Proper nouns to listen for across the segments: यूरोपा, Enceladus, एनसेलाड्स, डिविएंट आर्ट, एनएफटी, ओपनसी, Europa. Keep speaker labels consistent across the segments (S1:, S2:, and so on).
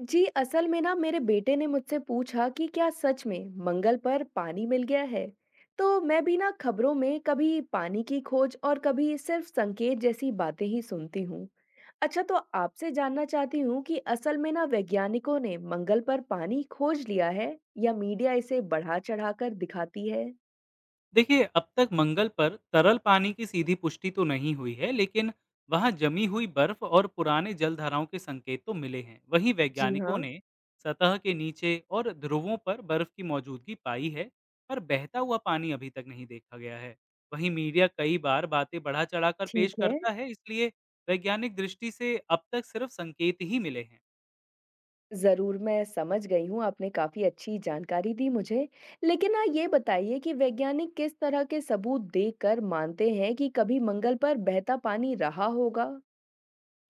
S1: जी, असल में ना मेरे बेटे ने मुझसे पूछा कि क्या सच में मंगल पर पानी मिल गया है? तो मैं भी ना खबरों में कभी पानी की खोज और कभी सिर्फ संकेत जैसी बातें ही सुनती हूँ। अच्छा, तो आपसे जानना चाहती हूँ कि असल में ना वैज्ञानिकों ने मंगल पर पानी खोज लिया है या मीडिया इसे बढ़ा चढ़ाकर दिखाती है?
S2: देखिए अब तक मंगल पर तरल पानी की सीधी पुष्टि तो नहीं हुई है, लेकिन वहां जमी हुई बर्फ और पुराने जल धाराओं के संकेत तो मिले हैं। वहीं
S1: जी
S2: वैज्ञानिकों
S1: हाँ,
S2: ने सतह के नीचे और ध्रुवों पर बर्फ की मौजूदगी पाई है। पर बहता हुआ पानी अभी तक नहीं देखा गया है। वहीं मीडिया कई बार बातें बढ़ा चढ़ाकर पेश
S1: ठीक है।
S2: करता है, इसलिए वैज्ञानिक दृष्टि से अब तक सिर्फ संकेत ही मिले हैं।
S1: ज़रूर, मैं समझ गई हूँ, आपने काफ़ी अच्छी जानकारी दी मुझे। लेकिन ना ये बताइए कि वैज्ञानिक किस तरह के सबूत देकर मानते हैं कि कभी मंगल पर बहता पानी रहा होगा?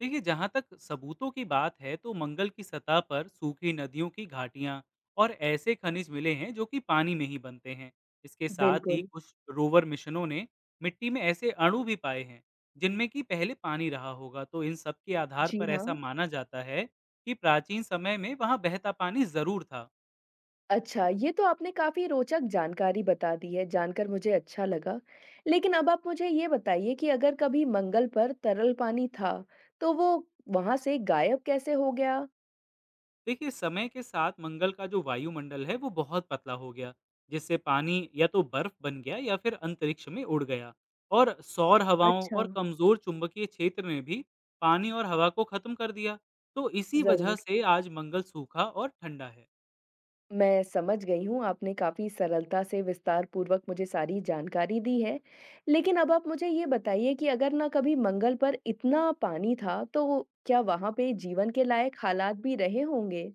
S2: देखिए जहाँ तक सबूतों की बात है, तो मंगल की सतह पर सूखी नदियों की घाटियाँ और ऐसे खनिज मिले हैं जो कि पानी में ही बनते हैं। इसके साथ ही
S1: बिल्कुल,
S2: कुछ रोवर मिशनों ने मिट्टी में ऐसे अणु भी पाए हैं जिनमें कि पहले पानी रहा होगा। तो इन सब के आधार
S1: जी
S2: पर ऐसा
S1: हाँ।
S2: माना जाता है कि प्राचीन समय में वहाँ बहता पानी जरूर था।
S1: अच्छा, ये तो आपने काफ़ी रोचक जानकारी बता दी है, जानकर मुझे अच्छा लगा। लेकिन अब आप मुझे ये बताइए कि अगर कभी मंगल पर तरल पानी था, तो वो वहाँ से गायब कैसे हो गया?
S2: देखिए समय के साथ मंगल का जो वायुमंडल है वो बहुत पतला हो गया, जिससे पानी या तो बर्फ बन गया या फिर अंतरिक्ष में उड़ गया। और सौर हवाओं
S1: अच्छा,
S2: और कमजोर चुंबकीय क्षेत्र ने भी पानी और हवा को खत्म कर दिया। तो इसी वजह
S1: ज़रूर।
S2: से आज मंगल सूखा और ठंडा है।
S1: मैं समझ गई हूँ, आपने काफ़ी सरलता से विस्तारपूर्वक मुझे सारी जानकारी दी है। लेकिन अब आप मुझे ये बताइए कि अगर ना कभी मंगल पर इतना पानी था, तो क्या वहाँ पे जीवन के लायक हालात भी रहे होंगे?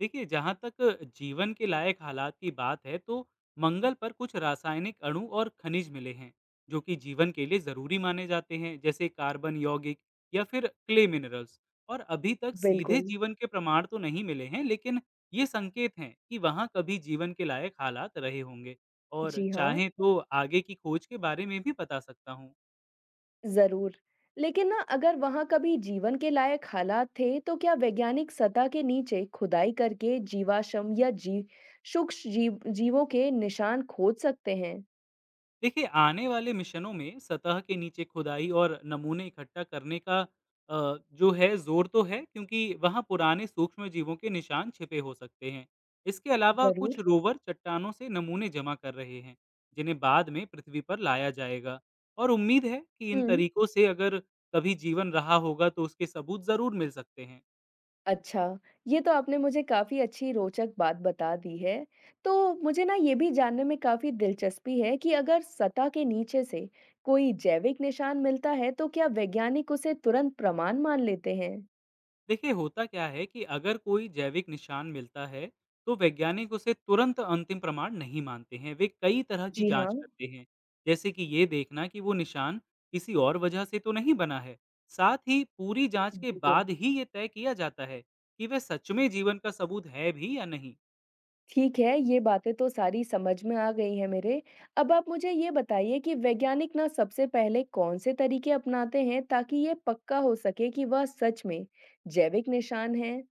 S2: देखिए, जहाँ तक जीवन के लायक हालात की बात है, तो मंगल पर कुछ रासायनिक अणु और खनिज मिले हैं, जो कि जीवन के लिए ज़रूरी माने जाते हैं, जैसे कार्बन यौगिक या फिर क्ले मिनरल्स। और अभी तक सीधे
S1: बिल्कुल।
S2: जीवन के प्रमाण तो नहीं मिले हैं, लेकिन ये संकेत हैं कि वहाँ कभी जीवन के लायक हालात रहे होंगे। और
S1: जी हाँ,
S2: चाहें तो आगे की खोज के बारे में भी बता सकता हूँ।
S1: ज़रूर। लेकिन ना अगर वहाँ कभी जीवन के लायक हालात थे, तो क्या वैज्ञानिक सतह के नीचे खुदाई करके जीवाश्म या सूक्ष्म जीव जीवों के निशान खोज सकते हैं?
S2: देखिए, आने वाले मिशनों में सतह के नीचे खुदाई और नमूने इकट्ठा करने का जो है ज़ोर तो है, क्योंकि वहाँ पुराने सूक्ष्म जीवों के निशान छिपे हो सकते हैं। इसके अलावा कुछ
S1: ज़रूर।
S2: रोवर चट्टानों से नमूने जमा कर रहे हैं, जिन्हें बाद में पृथ्वी पर लाया जाएगा। और उम्मीद है कि इन
S1: हुँ।
S2: तरीकों से अगर कभी जीवन रहा होगा तो उसके सबूत ज़रूर मिल सकते हैं।
S1: अच्छा, ये तो आपने मुझे काफ़ी अच्छी रोचक बात बता दी है। तो मुझे ना ये भी जानने में काफ़ी दिलचस्पी है कि अगर सतह के नीचे से कोई जैविक निशान मिलता है, तो क्या वैज्ञानिक उसे तुरंत प्रमाण मान लेते हैं?
S2: देखिए होता क्या है कि अगर कोई जैविक निशान मिलता है तो वैज्ञानिक उसे तुरंत अंतिम प्रमाण नहीं मानते हैं। वे कई तरह की
S1: जी
S2: जांच
S1: हाँ,
S2: करते हैं, जैसे कि ये देखना कि वो निशान किसी और वजह से तो नहीं बना है। साथ ही पूरी जांच के
S1: बिल्कुल।
S2: बाद ही ये तय किया जाता है कि वह सच में जीवन का सबूत है भी या नहीं।
S1: ठीक है, ये बातें तो सारी समझ में आ गई हैं मेरे। अब आप मुझे ये बताइए कि वैज्ञानिक ना सबसे पहले कौन-से तरीके अपनाते हैं ताकि ये पक्का हो सके कि वह सच में जैविक निशान है?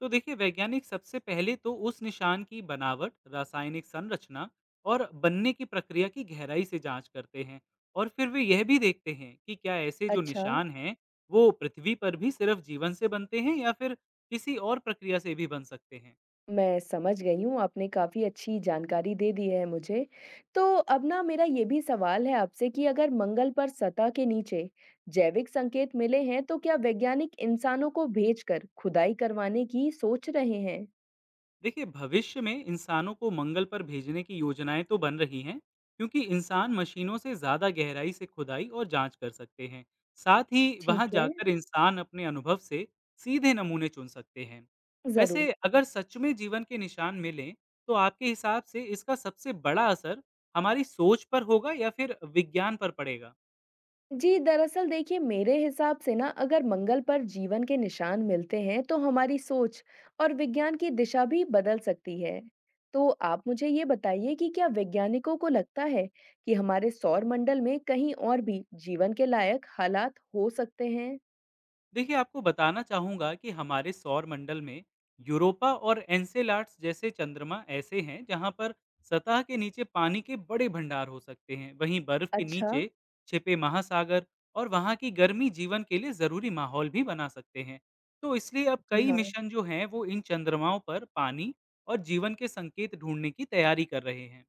S2: तो देखिए वैज्ञानिक सबसे पहले तो उस निशान की बनावट, रासायनिक संरचना और बनने की प्रक्रिया की गहराई से जांच करते हैं। और फिर वे यह भी देखते हैं कि क्या ऐसे जो
S1: अच्छा।
S2: निशान हैं वो पृथ्वी पर भी सिर्फ जीवन से बनते हैं या फिर किसी और प्रक्रिया से भी बन सकते हैं।
S1: मैं समझ गई हूँ, आपने काफ़ी अच्छी जानकारी दे दी है मुझे। तो अब ना मेरा ये भी सवाल है आपसे कि अगर मंगल पर सतह के नीचे जैविक संकेत मिले हैं, तो क्या वैज्ञानिक इंसानों को भेजकर खुदाई करवाने की सोच रहे हैं?
S2: देखिए भविष्य में इंसानों को मंगल पर भेजने की योजनाएं तो बन रही हैं, क्योंकि इंसान मशीनों से ज़्यादा गहराई से खुदाई और जांच कर सकते हैं। साथ ही वहां
S1: ठीक है,
S2: जाकर इंसान अपने अनुभव से सीधे नमूने चुन सकते हैं।
S1: ज़रूर।
S2: वैसे अगर सच में जीवन के निशान मिलें तो आपके हिसाब से इसका सबसे बड़ा असर हमारी सोच पर होगा या फिर विज्ञान पर पड़ेगा?
S1: जी, दरअसल देखिए मेरे हिसाब से ना अगर मंगल पर जीवन के निशान मिलते हैं तो हमारी सोच और विज्ञान की दिशा भी बदल सकती है। तो आप मुझे ये बताइए कि क्या वैज्ञानिकों को लगता है कि हमारे सौर मंडल में कहीं और भी जीवन के लायक हालात हो सकते हैं?
S2: देखिए आपको बताना चाहूँगा कि हमारे सौर मंडल में यूरोपा और एनसेलाड्स जैसे चंद्रमा ऐसे हैं जहाँ पर सतह के नीचे पानी के बड़े भंडार हो सकते हैं। वहीं बर्फ के
S1: अच्छा,
S2: नीचे छिपे महासागर और वहाँ की गर्मी जीवन के लिए ज़रूरी माहौल भी बना सकते हैं। तो इसलिए अब
S1: जी
S2: कई
S1: हाँ,
S2: मिशन जो हैं वो इन चंद्रमाओं पर पानी और जीवन के संकेत ढूंढने की तैयारी कर रहे हैं।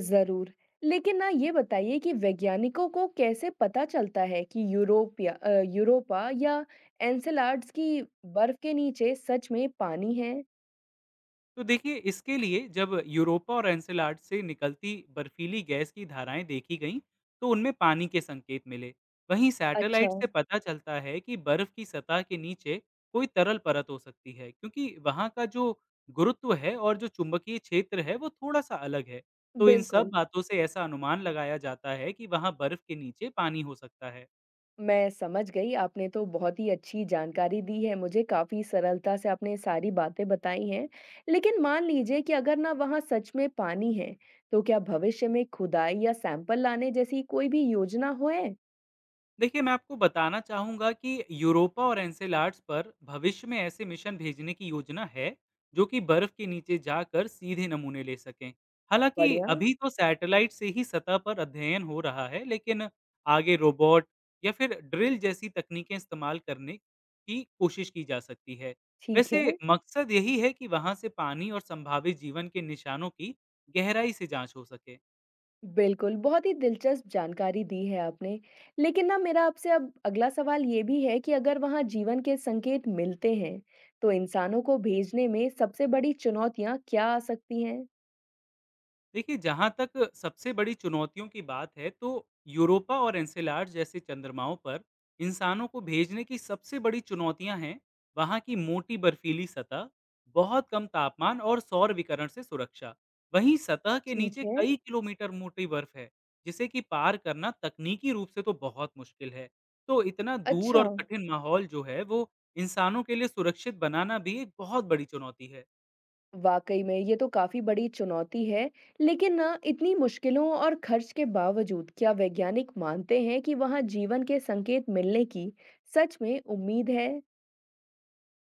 S1: जरूर। लेकिन ना ये बताइए कि वैज्ञानिकों को कैसे पता चलता है कि यूरोपा या एनसेलाड्स की बर्फ के नीचे सच में पानी है?
S2: तो देखिए इसके लिए जब यूरोपा और एनसेलाड से निकलती बर्फीली गैस की धाराएं देखी गईं तो उनमें पानी के संकेत मिले। वहीं
S1: अच्छा,
S2: सैटेलाइट से पता चलता है कि बर्फ की सतह के नीचे कोई तरल परत हो सकती है, क्योंकि वहां का जो गुरुत्व है और जो चुंबकीय क्षेत्र है वो थोड़ा सा अलग है। तो इन सब
S1: बिल्कुल।
S2: बातों से ऐसा अनुमान लगाया जाता है कि वहां बर्फ के नीचे पानी हो सकता है।
S1: मैं समझ गई, आपने तो बहुत ही अच्छी जानकारी दी है मुझे, काफ़ी सरलता से आपने सारी बातें बताई हैं। लेकिन मान लीजिए कि अगर ना वहाँ सच में पानी है, तो क्या भविष्य में खुदाई या सैंपल लाने जैसी कोई भी योजना हो है?
S2: देखिए, मैं आपको बताना चाहूँगा कि यूरोपा और एनसेलाड्स पर भविष्य में ऐसे मिशन भेजने की योजना है, जो कि बर्फ के नीचे जाकर सीधे नमूने ले सकें। हालाँकि
S1: बढ़िया,
S2: अभी तो सैटेलाइट से ही सतह पर अध्ययन हो रहा है, लेकिन आगे रोबोट या फिर ड्रिल जैसी तकनीकें इस्तेमाल करने की कोशिश की जा सकती है।
S1: ठीक
S2: वैसे
S1: है।
S2: मकसद यही है कि वहाँ से पानी और संभावित जीवन के निशानों की गहराई से जाँच हो सके।
S1: बिल्कुल, बहुत ही दिलचस्प जानकारी दी है आपने। लेकिन ना मेरा आपसे अब अगला सवाल ये भी है कि अगर वहाँ जीवन के संकेत मिलते हैं, तो इंसानों को भेजने में सबसे बड़ी चुनौतियाँ क्या आ सकती हैं?
S2: देखिए, जहाँ तक सबसे बड़ी चुनौतियों की बात है, तो यूरोपा और एनसेलाड जैसे चंद्रमाओं पर इंसानों को भेजने की सबसे बड़ी चुनौतियाँ हैं, वहाँ की मोटी बर्फीली सतह, बहुत कम तापमान और सौर विकिरण से सुरक्षा। वहीं सतह के
S1: ठीक
S2: नीचे
S1: है।
S2: कई किलोमीटर मोटी बर्फ है, जिसे कि पार करना तकनीकी रूप से तो बहुत मुश्किल है। तो इतना दूर
S1: अच्छा,
S2: और कठिन माहौल जो है, वो इंसानों के लिए सुरक्षित बनाना भी एक बहुत बड़ी चुनौती है।
S1: वाक़ई में ये तो काफ़ी बड़ी चुनौती है। लेकिन ना इतनी मुश्किलों और खर्च के बावजूद क्या वैज्ञानिक मानते हैं कि वहाँ जीवन के संकेत मिलने की सच में उम्मीद है?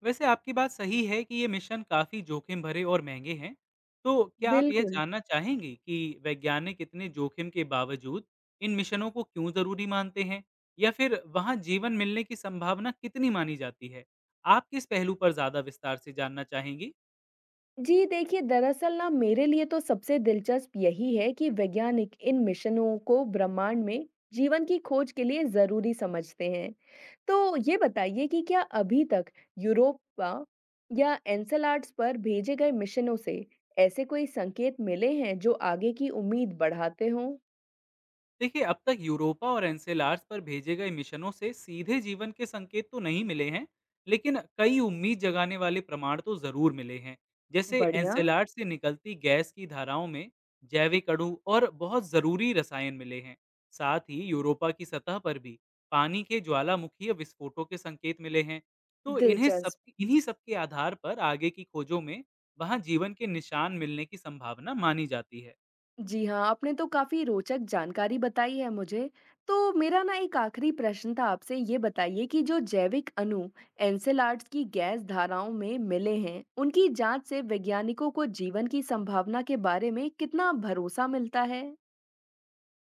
S2: वैसे आपकी बात सही है कि ये मिशन काफ़ी जोखिम भरे और महंगे हैं। तो क्या आप यह
S1: बिल्कुल।
S2: जानना चाहेंगी कि वैज्ञानिक इतने जोखिम के बावजूद इन मिशनों को क्यों ज़रूरी मानते हैं? या फिर वहाँ जीवन मिलने की संभावना कितनी मानी जाती है? आप किस पहलू पर ज़्यादा विस्तार से जानना चाहेंगी?
S1: जी देखिए दरअसल ना मेरे लिए तो सबसे दिलचस्प यही है कि वैज्ञानिक इन मिशनों को ब्रह्मांड में जीवन की खोज के लिए जरूरी समझते हैं। तो ये बताइए कि क्या अभी तक यूरोपा या एनसेलाड्स पर भेजे गए मिशनों से ऐसे कोई संकेत मिले हैं जो आगे की उम्मीद बढ़ाते हों?
S2: देखिए अब तक यूरोपा और एनसेलार्स पर भेजे गए मिशनों से सीधे जीवन के संकेत तो नहीं मिले हैं, लेकिन कई उम्मीद जगाने वाले प्रमाण तो जरूर मिले हैं। जैसे
S1: बढ़िया।
S2: एनसेलार्स से निकलती गैस की धाराओं में जैविक अणु और बहुत जरूरी रसायन मिले हैं। साथ ही यूरोपा की सतह पर भी पानी के ज्वालामुखीय विस्फोटों के संकेत मिले हैं। तो इन्हें सब
S1: दिलचस्प।
S2: इन्हीं सब के आधार पर आगे की खोजों में वहां जीवन के निशान मिलने की संभावना मानी जाती है।
S1: जी हाँ, आपने तो काफ़ी रोचक जानकारी बताई है मुझे। तो मेरा ना एक आखिरी प्रश्न था आपसे, ये बताइए कि जो जैविक अणु एन्सेलाड्स की गैस धाराओं में मिले हैं, उनकी जांच से वैज्ञानिकों को जीवन की संभावना के बारे में कितना भरोसा मिलता है?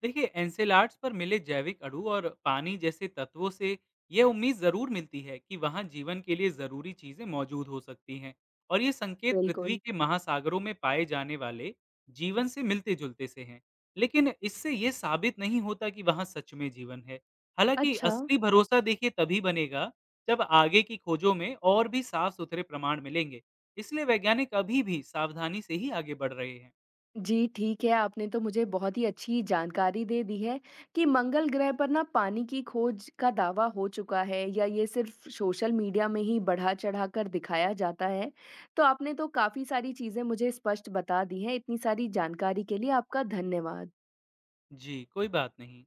S2: देखिए एनसेलाड्स पर मिले जैविक अणु और पानी जैसे तत्वों से यह उम्मीद ज़रूर मिलती है कि वहाँ जीवन के लिए ज़रूरी चीज़ें मौजूद हो सकती हैं। और ये संकेत पृथ्वी
S1: बिल्कुल।
S2: के महासागरों में पाए जाने वाले जीवन से मिलते जुलते से हैं। लेकिन इससे ये साबित नहीं होता कि वहाँ सच में जीवन है। हालांकि
S1: अच्छा
S2: असली भरोसा देखिए तभी बनेगा जब आगे की खोजों में और भी साफ सुथरे प्रमाण मिलेंगे। इसलिए वैज्ञानिक अभी भी सावधानी से ही आगे बढ़ रहे हैं।
S1: जी, ठीक है, आपने तो मुझे बहुत ही अच्छी जानकारी दे दी है कि मंगल ग्रह पर ना पानी की खोज का दावा हो चुका है या ये सिर्फ़ सोशल मीडिया में ही बढ़ा-चढ़ा कर दिखाया जाता है। तो आपने तो काफ़ी सारी चीज़ें मुझे स्पष्ट बता दी हैं, इतनी सारी जानकारी के लिए आपका धन्यवाद।
S2: जी कोई बात नहीं।